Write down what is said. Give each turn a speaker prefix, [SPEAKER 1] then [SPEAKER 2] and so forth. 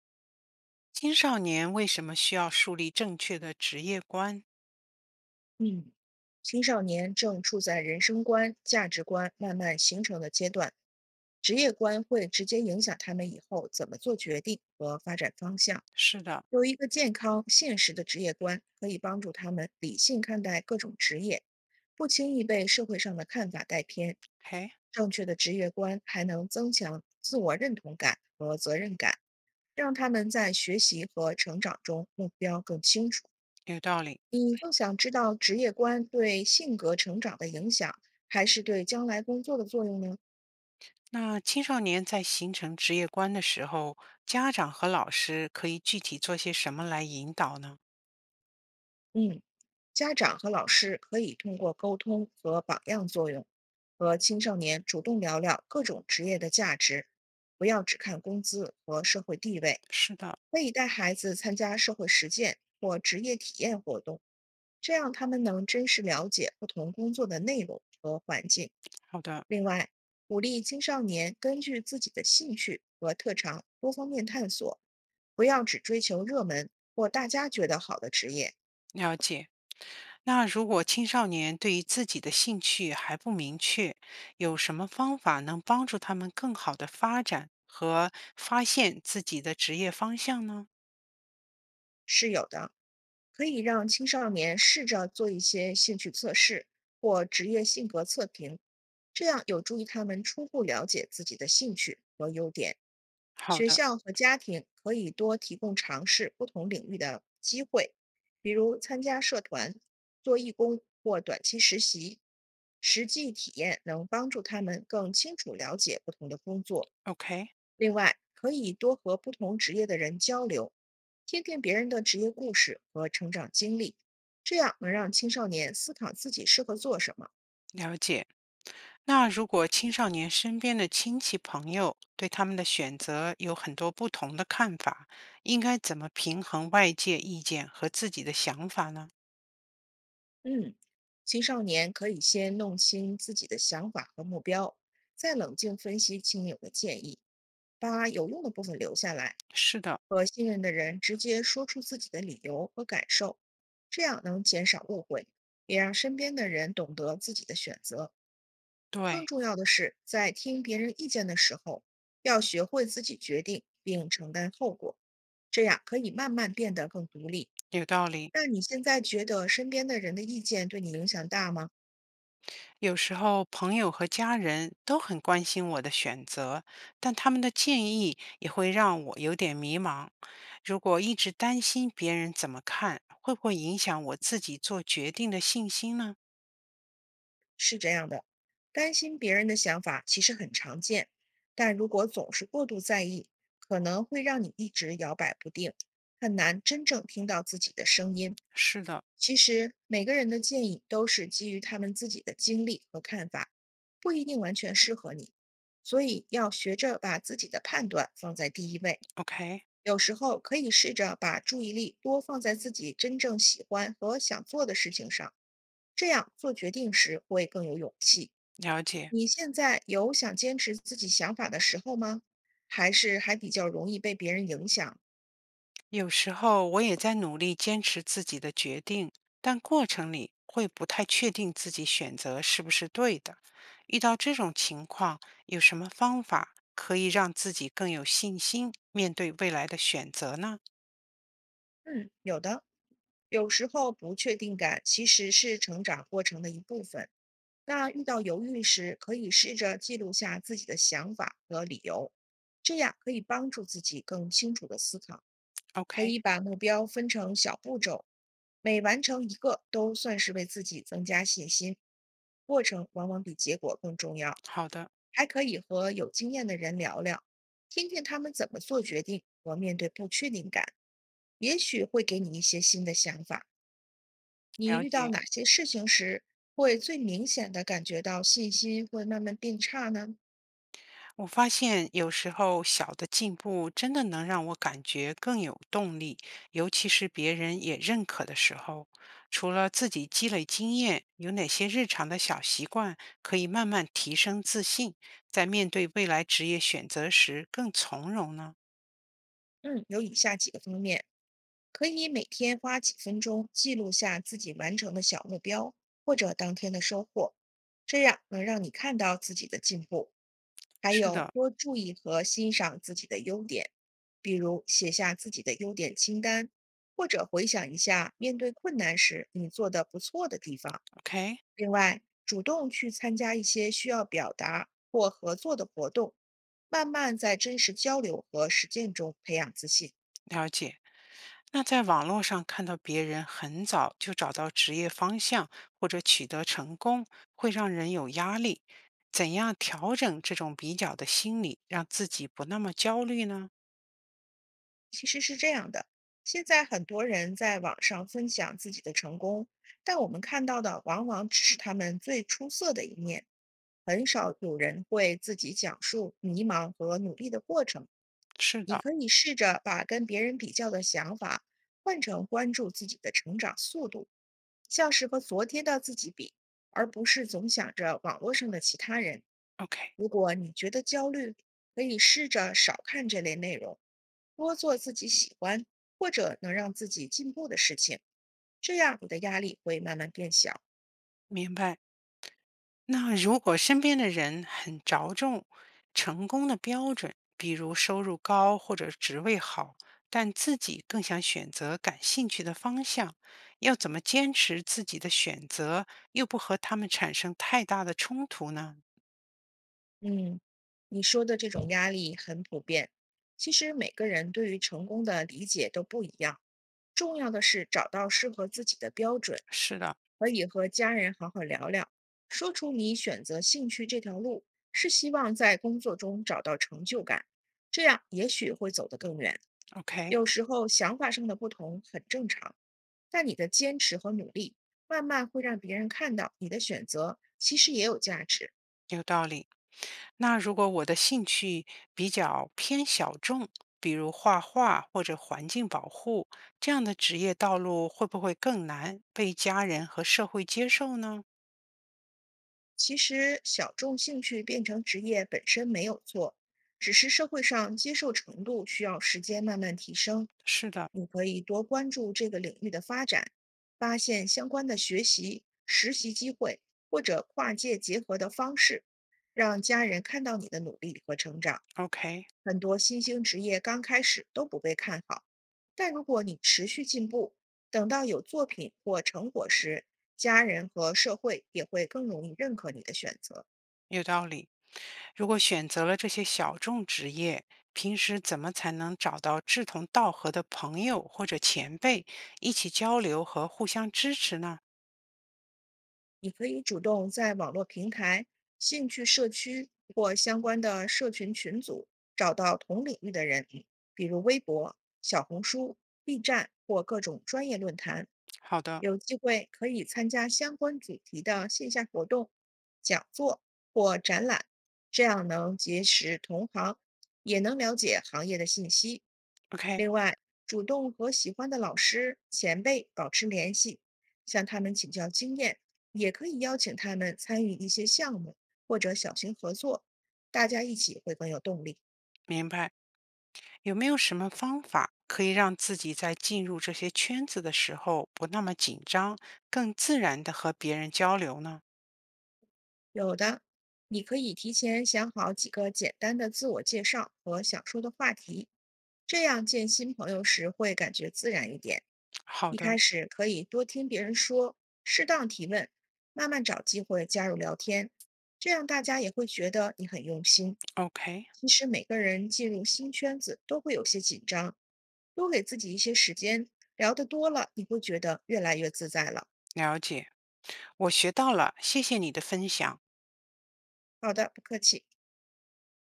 [SPEAKER 1] 青少年为什么需要树立正确的职业观？
[SPEAKER 2] 嗯，青少年正处在人生观、价值观慢慢形成的阶段，职业观会直接影响他们以后怎么做决定和发展方向。
[SPEAKER 1] 是的，
[SPEAKER 2] 有一个健康、现实的职业观，可以帮助他们理性看待各种职业，不轻易被社会上的看法带偏。
[SPEAKER 1] 嘿，
[SPEAKER 2] 正确的职业观还能增强自我认同感和责任感，让他们在学习和成长中目标更清楚。
[SPEAKER 1] 有道理。
[SPEAKER 2] 你更想知道职业观对性格成长的影响，还是对将来工作的作用呢？
[SPEAKER 1] 那青少年在形成职业观的时候，家长和老师可以具体做些什么来引导呢？
[SPEAKER 2] 嗯，家长和老师可以通过沟通和榜样作用，和青少年主动聊聊各种职业的价值，不要只看工资和社会地位，
[SPEAKER 1] 是的，
[SPEAKER 2] 可以带孩子参加社会实践或职业体验活动，这样他们能真实了解不同工作的内容和环境。
[SPEAKER 1] 好的，
[SPEAKER 2] 另外，鼓励青少年根据自己的兴趣和特长多方面探索，不要只追求热门或大家觉得好的职业。
[SPEAKER 1] 了解。那如果青少年对于自己的兴趣还不明确，有什么方法能帮助他们更好的发展和发现自己的职业方向呢？
[SPEAKER 2] 是有的，可以让青少年试着做一些兴趣测试或职业性格测评，这样有助于他们初步了解自己的兴趣和优点。
[SPEAKER 1] 好
[SPEAKER 2] 学
[SPEAKER 1] 的
[SPEAKER 2] 校和家庭可以多提供尝试不同领域的机会，比如参加社团、做义工或短期实习。实际体验能帮助他们更清楚了解不同的工作。
[SPEAKER 1] ，OK，
[SPEAKER 2] 另外，可以多和不同职业的人交流，听听别人的职业故事和成长经历，这样能让青少年思考自己适合做什么。
[SPEAKER 1] 了解。那如果青少年身边的亲戚朋友对他们的选择有很多不同的看法，应该怎么平衡外界意见和自己的想法呢？
[SPEAKER 2] 嗯，青少年可以先弄清自己的想法和目标，再冷静分析亲友的建议，把有用的部分留下来，
[SPEAKER 1] 是的，
[SPEAKER 2] 和信任的人直接说出自己的理由和感受，这样能减少误会，也让身边的人懂得自己的选择。更
[SPEAKER 1] 对，
[SPEAKER 2] 重要的是，在听别人意见的时候，要学会自己决定并承担后果，这样可以慢慢变得更独立。
[SPEAKER 1] 有道理。
[SPEAKER 2] 那你现在觉得身边的人的意见对你影响大吗？
[SPEAKER 1] 有时候朋友和家人都很关心我的选择，但他们的建议也会让我有点迷茫。如果一直担心别人怎么看，会不会影响我自己做决定的信心呢？
[SPEAKER 2] 是这样的，担心别人的想法其实很常见，但如果总是过度在意，可能会让你一直摇摆不定，很难真正听到自己的声音。
[SPEAKER 1] 是的
[SPEAKER 2] 其实每个人的建议都是基于他们自己的经历和看法，不一定完全适合你，所以要学着把自己的判断放在第一位。
[SPEAKER 1] ，OK，
[SPEAKER 2] 有时候可以试着把注意力多放在自己真正喜欢和想做的事情上。这样做决定时会更有勇气。
[SPEAKER 1] 了解。
[SPEAKER 2] 你现在有想坚持自己想法的时候吗？还是还比较容易被别人影响？
[SPEAKER 1] 有时候我也在努力坚持自己的决定，但过程里会不太确定自己选择是不是对的。遇到这种情况，有什么方法可以让自己更有信心面对未来的选择呢
[SPEAKER 2] 嗯，有的。有时候不确定感其实是成长过程的一部分。那遇到犹豫时，可以试着记录下自己的想法和理由，这样可以帮助自己更清楚的思考。可
[SPEAKER 1] ？OK，
[SPEAKER 2] 以把目标分成小步骤，每完成一个都算是为自己增加信心。过程往往比结果更重要，
[SPEAKER 1] 好的，
[SPEAKER 2] 还可以和有经验的人聊聊，听听他们怎么做决定和面对不确定感，也许会给你一些新的想法。你
[SPEAKER 1] 了
[SPEAKER 2] 遇到
[SPEAKER 1] 解。
[SPEAKER 2] 哪些事情时会最明显的感觉到信心会慢慢变差呢？
[SPEAKER 1] 我发现有时候小的进步真的能让我感觉更有动力，尤其是别人也认可的时候。除了自己积累经验，有哪些日常的小习惯可以慢慢提升自信，在面对未来职业选择时更从容呢？
[SPEAKER 2] 嗯，有以下几个方面。可以每天花几分钟记录下自己完成的小目标或者当天的收获，这样能让你看到自己的进步。还
[SPEAKER 1] 是
[SPEAKER 2] 有
[SPEAKER 1] 的
[SPEAKER 2] 多注意和欣赏自己的优点，比如写下自己的优点清单，或者回想一下面对困难时你做的不错的地方。
[SPEAKER 1] ，OK，
[SPEAKER 2] 另外，主动去参加一些需要表达或合作的活动，慢慢在真实交流和实践中培养自信。
[SPEAKER 1] 了解。那在网络上看到别人很早就找到职业方向或者取得成功，会让人有压力。怎样调整这种比较的心理，让自己不那么焦虑呢？
[SPEAKER 2] 其实是这样的，现在很多人在网上分享自己的成功，但我们看到的往往只是他们最出色的一面，很少有人会自己讲述迷茫和努力的过程。
[SPEAKER 1] 是
[SPEAKER 2] 你
[SPEAKER 1] 的
[SPEAKER 2] 可以试着把跟别人比较的想法换成关注自己的成长速度，像是和昨天的自己比，而不是总想着网络上的其他人。
[SPEAKER 1] ，OK，
[SPEAKER 2] 如果你觉得焦虑，可以试着少看这类内容，多做自己喜欢或者能让自己进步的事情，这样你的压力会慢慢变小。
[SPEAKER 1] 明白。那如果身边的人很着重成功的标准，比如收入高或者职位好，但自己更想选择感兴趣的方向，要怎么坚持自己的选择，又不和他们产生太大的冲突呢？
[SPEAKER 2] 嗯，你说的这种压力很普遍，其实每个人对于成功的理解都不一样。重要的是找到适合自己的标准，
[SPEAKER 1] 是的
[SPEAKER 2] 可以和家人好好聊聊，说出你选择兴趣这条路是希望在工作中找到成就感，这样也许会走得更远。
[SPEAKER 1] ，OK，
[SPEAKER 2] 有时候想法上的不同很正常，但你的坚持和努力慢慢会让别人看到你的选择其实也有价值。
[SPEAKER 1] 有道理。那如果我的兴趣比较偏小众，比如画画或者环境保护，这样的职业道路会不会更难被家人和社会接受呢？
[SPEAKER 2] 其实小众兴趣变成职业本身没有错，只是社会上接受程度需要时间慢慢提升。
[SPEAKER 1] 是的
[SPEAKER 2] 你可以多关注这个领域的发展，发现相关的学习、实习机会或者跨界结合的方式，让家人看到你的努力和成长。
[SPEAKER 1] ，OK，
[SPEAKER 2] 很多新兴职业刚开始都不被看好，但如果你持续进步，等到有作品或成果时，家人和社会也会更容易认可你的选择。
[SPEAKER 1] 有道理。如果选择了这些小众职业，平时怎么才能找到志同道合的朋友或者前辈，一起交流和互相支持呢？
[SPEAKER 2] 你可以主动在网络平台、兴趣社区或相关的社群群组找到同领域的人，比如微博、小红书、B 站或各种专业论坛。
[SPEAKER 1] 好的
[SPEAKER 2] 有机会可以参加相关主题的线下活动、讲座或展览，这样能结识同行，也能了解行业的信息。
[SPEAKER 1] ，OK，
[SPEAKER 2] 另外，主动和喜欢的老师、前辈保持联系，向他们请教经验，也可以邀请他们参与一些项目或者小型合作，大家一起会更有动力。
[SPEAKER 1] 明白。有没有什么方法可以让自己在进入这些圈子的时候不那么紧张，更自然的和别人交流呢？
[SPEAKER 2] 有的，你可以提前想好几个简单的自我介绍和想说的话题，这样见新朋友时会感觉自然一点。
[SPEAKER 1] 好
[SPEAKER 2] 一
[SPEAKER 1] 的
[SPEAKER 2] 开始可以多听别人说，适当提问，慢慢找机会加入聊天，这样大家也会觉得你很用心。
[SPEAKER 1] ，OK，
[SPEAKER 2] 其实每个人进入新圈子都会有些紧张，多给自己一些时间，聊得多了，你会觉得越来越自在了。
[SPEAKER 1] 了解，我学到了，谢谢你的分享。
[SPEAKER 2] 好的，不客气。